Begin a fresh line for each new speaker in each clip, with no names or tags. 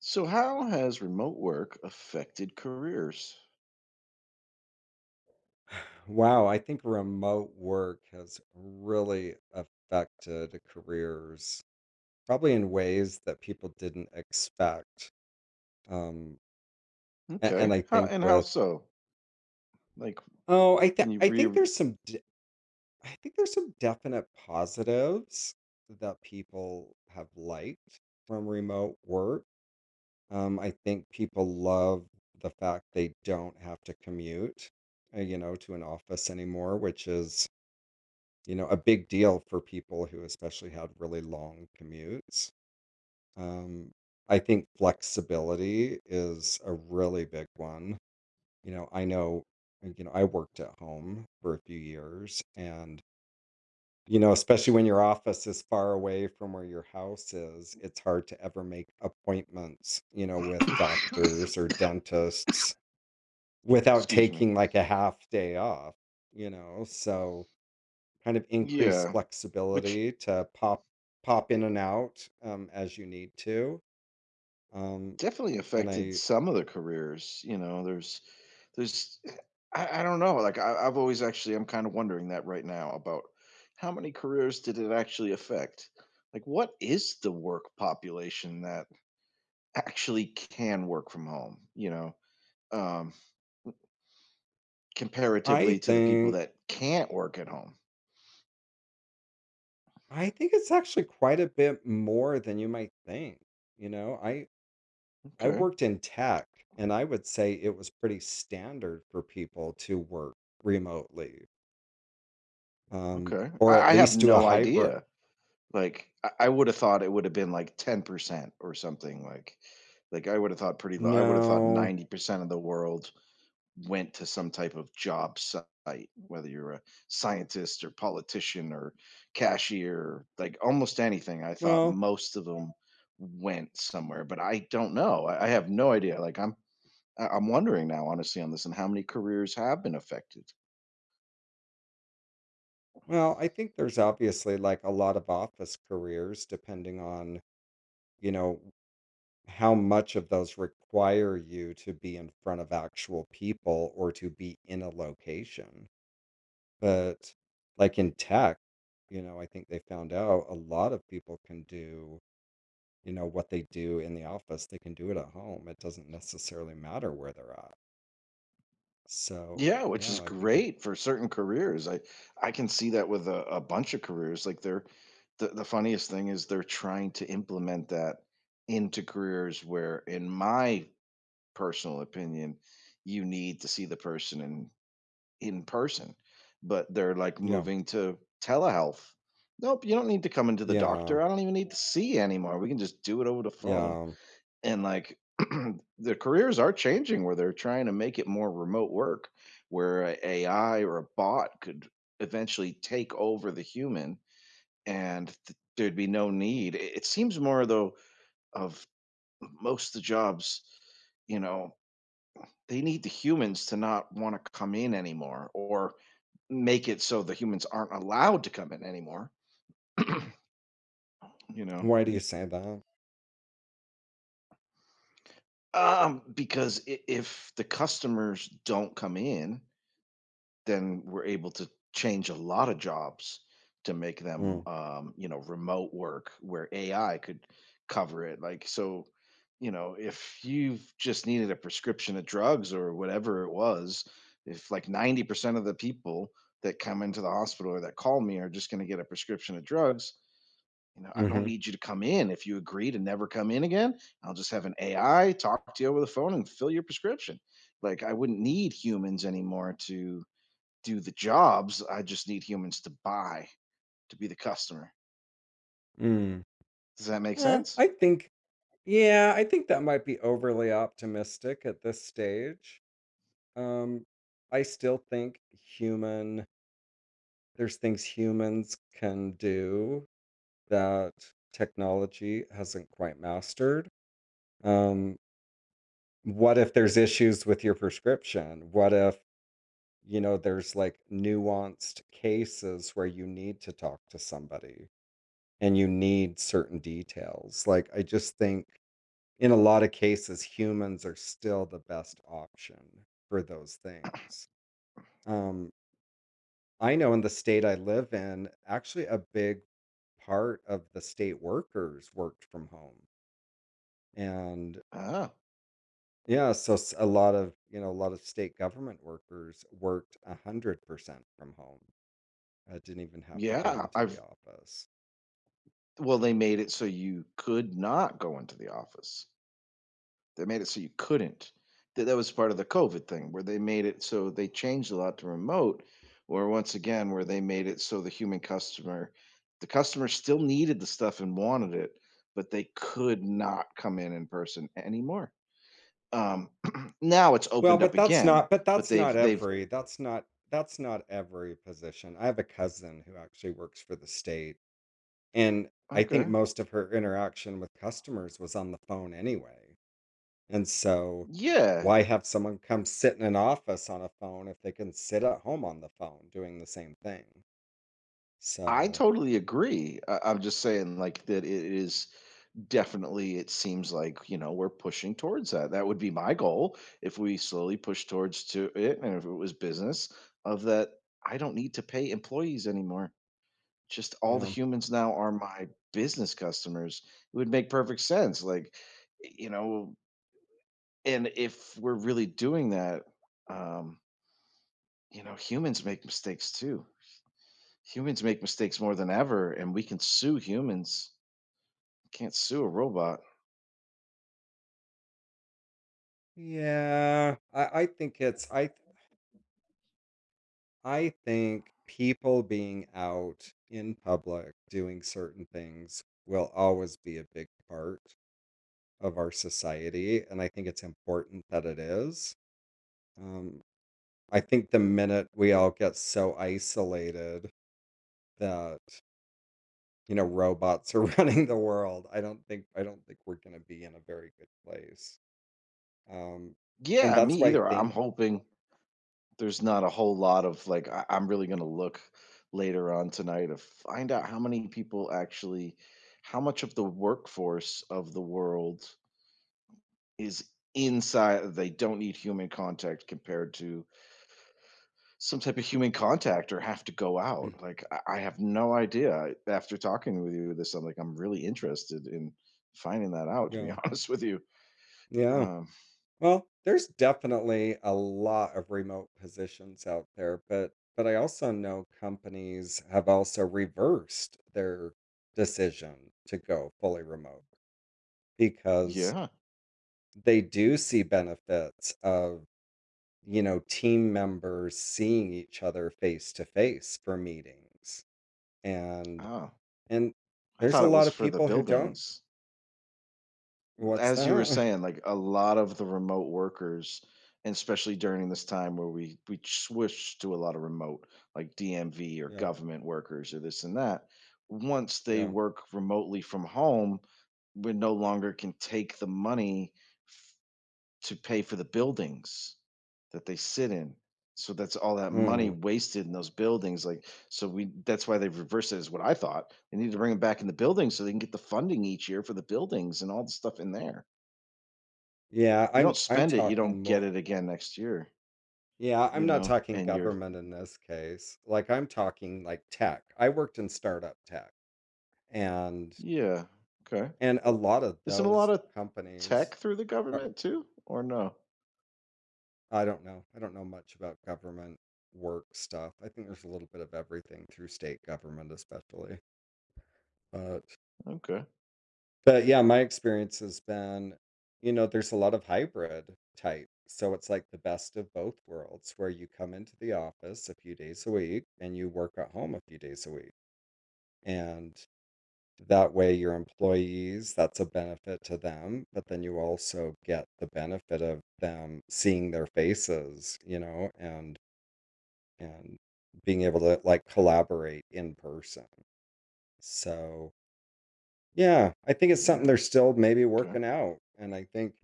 So, how has remote work affected careers?
Wow, I think remote work has really affected careers, probably in ways that people didn't expect. Um, and,
Okay.
and I
How
think
and how
with
so? Like,
oh,
can you
I
re?
think there's I think there's some definite positives that people have liked from remote work. I think people love the fact they don't have to commute, to an office anymore, which is a big deal for people who especially had really long commutes. Um, I think flexibility is a really big one. I know, I worked at home for a few years, and especially when your office is far away from where your house is, it's hard to ever make appointments with doctors or dentists without
Excuse me.
taking like a half day off. So, kind of increased
Yeah, which
flexibility to pop in and out, as you need to. Um,
definitely
and
affected
I
some of the careers. There's, eh, I don't know. Like, I've always actually, I'm kind of wondering that right now about how many careers did it actually affect? Like, what is the work population that actually can work from home? Um,
I
Comparatively to the people
think
that can't work at home.
it's actually quite a bit more than you might think, you know? I I
Okay,
worked in tech, and I would say it was pretty standard for people to work remotely,
okay.
or
I
at
I have
least do a
no
hybrid.
idea. Like, I would have thought it would have been, like, 10% or something, like I would have thought pretty low. I would have thought
No.
90% of the world went to some type of job site, whether you're a scientist or politician or cashier, like, almost anything. I thought
Well
most of them went somewhere, but I don't know. I have no idea. Like, I'm wondering now, honestly, on this and how many careers have been affected.
well, I think there's obviously, like, a lot of office careers depending on, you know, how much of those require you to be in front of actual people or to be in a location? But like in tech, I think they found out a lot of people can do what they do in the office, they can do it at home. It doesn't necessarily matter where they're at. So,
Yeah, which is
yeah,
great for certain careers. I can see that with a bunch of careers. The funniest thing is they're trying to implement that into careers where, in my personal opinion, you need to see the person in person. But they're like
yeah,
moving to telehealth. Nope, you don't need to come into the
yeah,
doctor. I don't even need to see you anymore. We can just do it over the phone.
yeah.
And like the careers are changing where they're trying to make it more remote work, where a AI or a bot could eventually take over the human and there'd be no need. It seems more though of most of the jobs, you know, they need the humans to not want to come in anymore or make it so the humans aren't allowed to come in anymore, you know.
Why do you say that?
Because if the customers don't come in, then we're able to change a lot of jobs to make them,
Mm.
you know, remote work where AI could cover it. Like, so, you know, if you've just needed a prescription of drugs or whatever it was, if like 90% of the people that come into the hospital or that call me are just going to get a prescription of drugs, you know, I don't
Mm-hmm.
need you to come in. If you agree to never come in again, I'll just have an AI talk to you over the phone and fill your prescription. Like, I wouldn't need humans anymore to do the jobs. I just need humans to buy, to be the customer.
Mm.
Does that make
Uh,
sense?
I think, yeah, I think that might be overly optimistic at this stage. Um, I still think human there's things humans can do that technology hasn't quite mastered. Um, what if there's issues with your prescription? What if, there's like nuanced cases where you need to talk to somebody and you need certain details? Like, I just think in a lot of cases, humans are still the best option for those things. Um, I know in the state I live in, actually a big part of the state workers worked from home. And
Ah,
yeah, so a lot of state government workers worked 100% from home. I didn't even have to go
yeah.
into the
I've
office.
well, they made it so you could not go into the office. They made it so you couldn't. That was part of the COVID thing where they made it so they changed a lot to remote, or once again, where they made it so the human customer, the customer still needed the stuff and wanted it, but they could not come in person anymore. Um, Now it's
Well,
opened up again,
but
but
that's not
they've
every, that's not every position. I have a cousin who actually works for the state, and I think
Okay.
most of her interaction with customers was on the phone anyway. And so,
Yeah,
why have someone come sit in an office on a phone if they can sit at home on the phone doing the same thing?
I
So,
totally agree. I'm just saying, like, that it is definitely, it seems like, you know, we're pushing towards that. That would be my goal if we slowly push towards to it. And if it was business, of that, I don't need to pay employees anymore. Just
you
all the
know,
humans now are my business customers. It would make perfect sense. Like, you know, and if we're really doing that, um, you know, humans make mistakes too. Humans make mistakes more than ever, and we can sue humans. Can't sue a robot.
yeah, I think it's I think people being out in public doing certain things will always be a big part of our society, and I think it's important that it is. Um, I think the minute we all get so isolated that robots are running the world. I don't think we're gonna be in a very good place. Um, and
Yeah, me
that's why I
either. I'm
think,
hoping there's not a whole lot of like I'm really gonna look later on tonight to find out how many people actually how much of the workforce of the world is inside they don't need human contact compared to some type of human contact or have to go out. Like I have no idea. After talking with you this, I'm really interested in finding that out. To be
yeah,
honest with you,
yeah.
um,
Well, there's definitely a lot of remote positions out there, but I also know companies have also reversed their decision to go fully remote because
yeah.
they do see benefits of team members seeing each other face to face for meetings. And
Ah,
and
I
there's
thought
a
it
lot
was
of
for the
people who don't.
buildings.
"What's
As you were
that?"
saying, like a lot of the remote workers, and especially during this time where we switched to a lot of remote, like DMV or
Yeah,
government workers or this and that. Once they
yeah.
work remotely from home, we no longer can take the money to pay for the buildings that they sit in. So that's all that money
Mm,
wasted in those buildings. Like, so we that's why they've reversed it, is what I thought. They need to bring them back in the buildings so they can get the funding each year for the buildings and all the stuff in there.
yeah,
If you
I'm
don't
I'm
spend it, you don't
talking
get
more.
it again next year,
Yeah,
you
I'm not
know,
talking
and you're,
government in this case, like, I'm talking, like, tech. I worked in startup tech, and
yeah, okay.
a lot of
Isn't a lot
those
of tech
companies
through the
are.
government too, or no?
I don't know, much about government work stuff. I think there's a little bit of everything through state government especially, but
Okay.
But yeah, my experience has been, there's a lot of hybrid type, so it's like the best of both worlds where you come into the office a few days a week and you work at home a few days a week, and that way your employees that's a benefit to them, but then you also get the benefit of them seeing their faces, and and being able to, like, collaborate in person. So, yeah, I think it's something they're
Yeah.
still maybe
Okay.
working out, and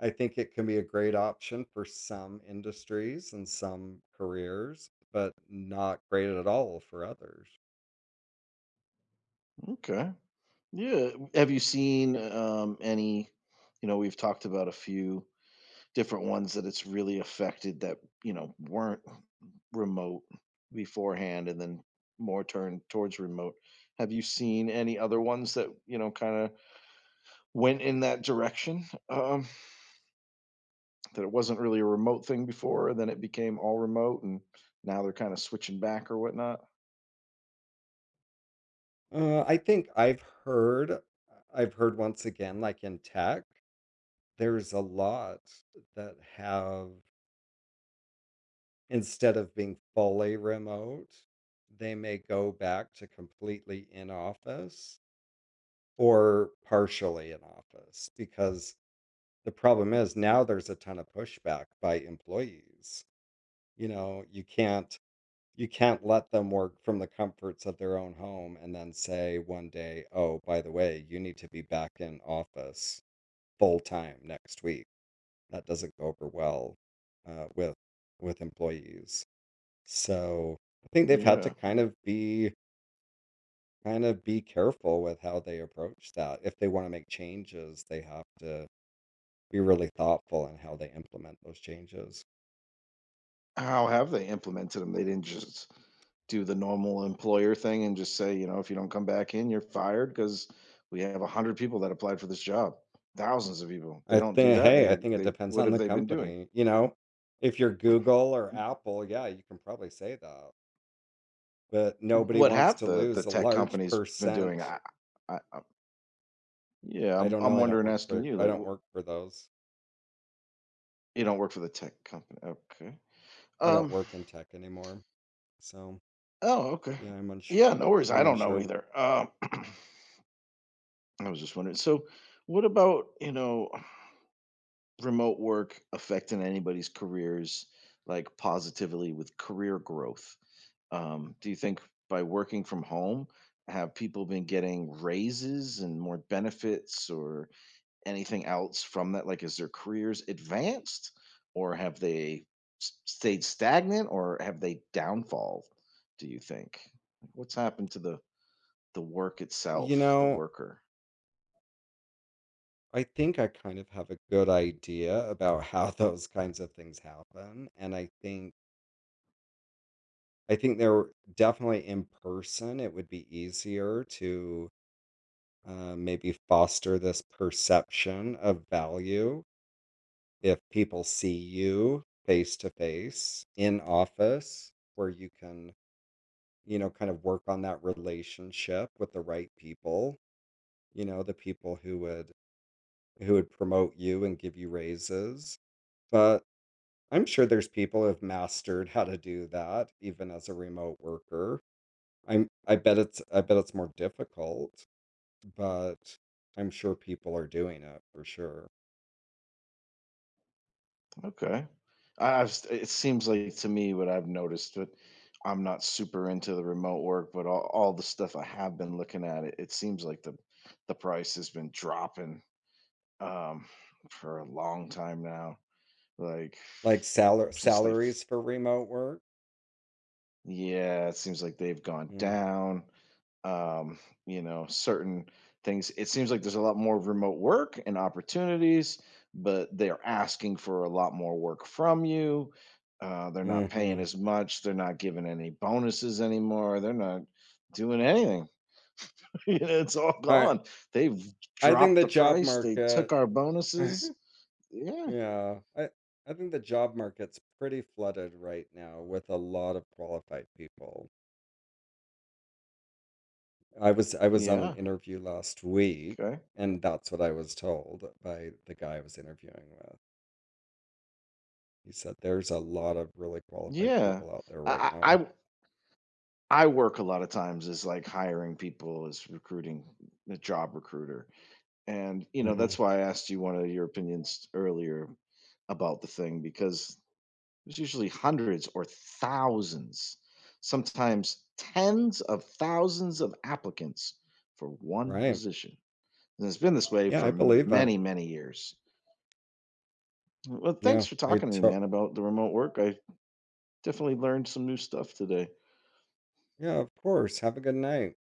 I think it can be a great option for some industries and some careers, but not great at all for others.
Okay. Yeah. Have you seen any? You know, we've talked about a few different ones that it's really affected that, you know, weren't remote beforehand and then more turned towards remote. Have you seen any other ones that, you know, kinda went in that direction? That it wasn't really a remote thing before, and then it became all remote, and now they're kinda switching back or whatnot?
Uh, I think I've heard, uh, I've heard once again, like in tech, there's a lot that have, instead of being fully remote, they may go back to completely in office or partially in office because the problem is now there's a ton of pushback by employees. You can't let them work from the comforts of their own home and then say one day, "Oh, by the way, you need to be back in office full time next week." That doesn't go over well, with employees. So I think they've had to
Yeah.
kind of be careful with how they approach that. If they want to make changes, they have to be really thoughtful in how they implement those changes.
How have they implemented them? They didn't just do the normal employer thing and just say, you know, if you don't come back in, you're fired because we have a hundred people that applied for this job, thousands of people. They don't do that.
I
They
think it
they
depends
what
on
have
the
they been doing?
company, you know? If you're Google or Apple, yeah, you can probably say that, but nobody
What
wants
have
to
the
lose a
tech
large
companies been doing?
percent.
I yeah,
I
I'm
don't
I'm
know,
wondering, asking you,
I
like,
don't work for those.
you don't work for the tech company, okay?
I don't
Um,
work in tech anymore. So,
oh, okay,
yeah, I'm unsure.
yeah, no worries. I
I'm
don't know
unsure.
either. I was just wondering. So, what about you know? Remote work affecting anybody's careers like positively with career growth? Do you think by working from home, have people been getting raises and more benefits or anything else from that? Like, is their careers advanced or have they stayed stagnant or have they downfall? Do you think? Like, what's happened to the work
You
itself, the
know,
worker?
I think I kind of have a good idea about how those kinds of things happen, and I think they're definitely in person. It would be easier to maybe foster this perception of value if people see you face to face in office, where you can kind of work on that relationship with the right people, the people who would promote you and give you raises. But I'm sure there's people who have mastered how to do that even as a remote worker. I bet it's more difficult, but I'm sure people are doing it, for sure.
Okay. It seems like to me what I've noticed, but I'm not super into the remote work, but all the stuff I have been looking at it, it seems like the price has been dropping um for a long time now. Like
Like
since they f-
salaries for remote work?
yeah, it seems like they've gone
Mm.
down. um, you know, certain things. It seems like there's a lot more remote work and opportunities, but they're asking for a lot more work from you. They're not paying
Mhm.
as much. They're not giving any bonuses anymore. They're not doing anything. You know, it's all
I
gone. They've
I think
dropped
the
the
job
price. They took
market
our bonuses. Yeah.
yeah, I think the job market's pretty flooded right now with a lot of qualified people. I was on an
Yeah.
interview last week,
Okay.
and that's what I was told by the guy I was interviewing with. He said there's a lot of really qualified
Yeah.
people out there right
I I
now.
I I work a lot of times is like hiring people as recruiting the job recruiter. And, you know,
Mhm.
that's why I asked you one of your opinions earlier about the thing because there's usually hundreds or thousands, sometimes tens of thousands of applicants for one
Right.
position. And it's been this way
Yeah,
for
I believe that.
many, many years. Well, thanks
Yeah,
for
I
talking to me,
took.
man, about the remote work. I definitely learned some new stuff today.
Yeah, of course. Have a good night.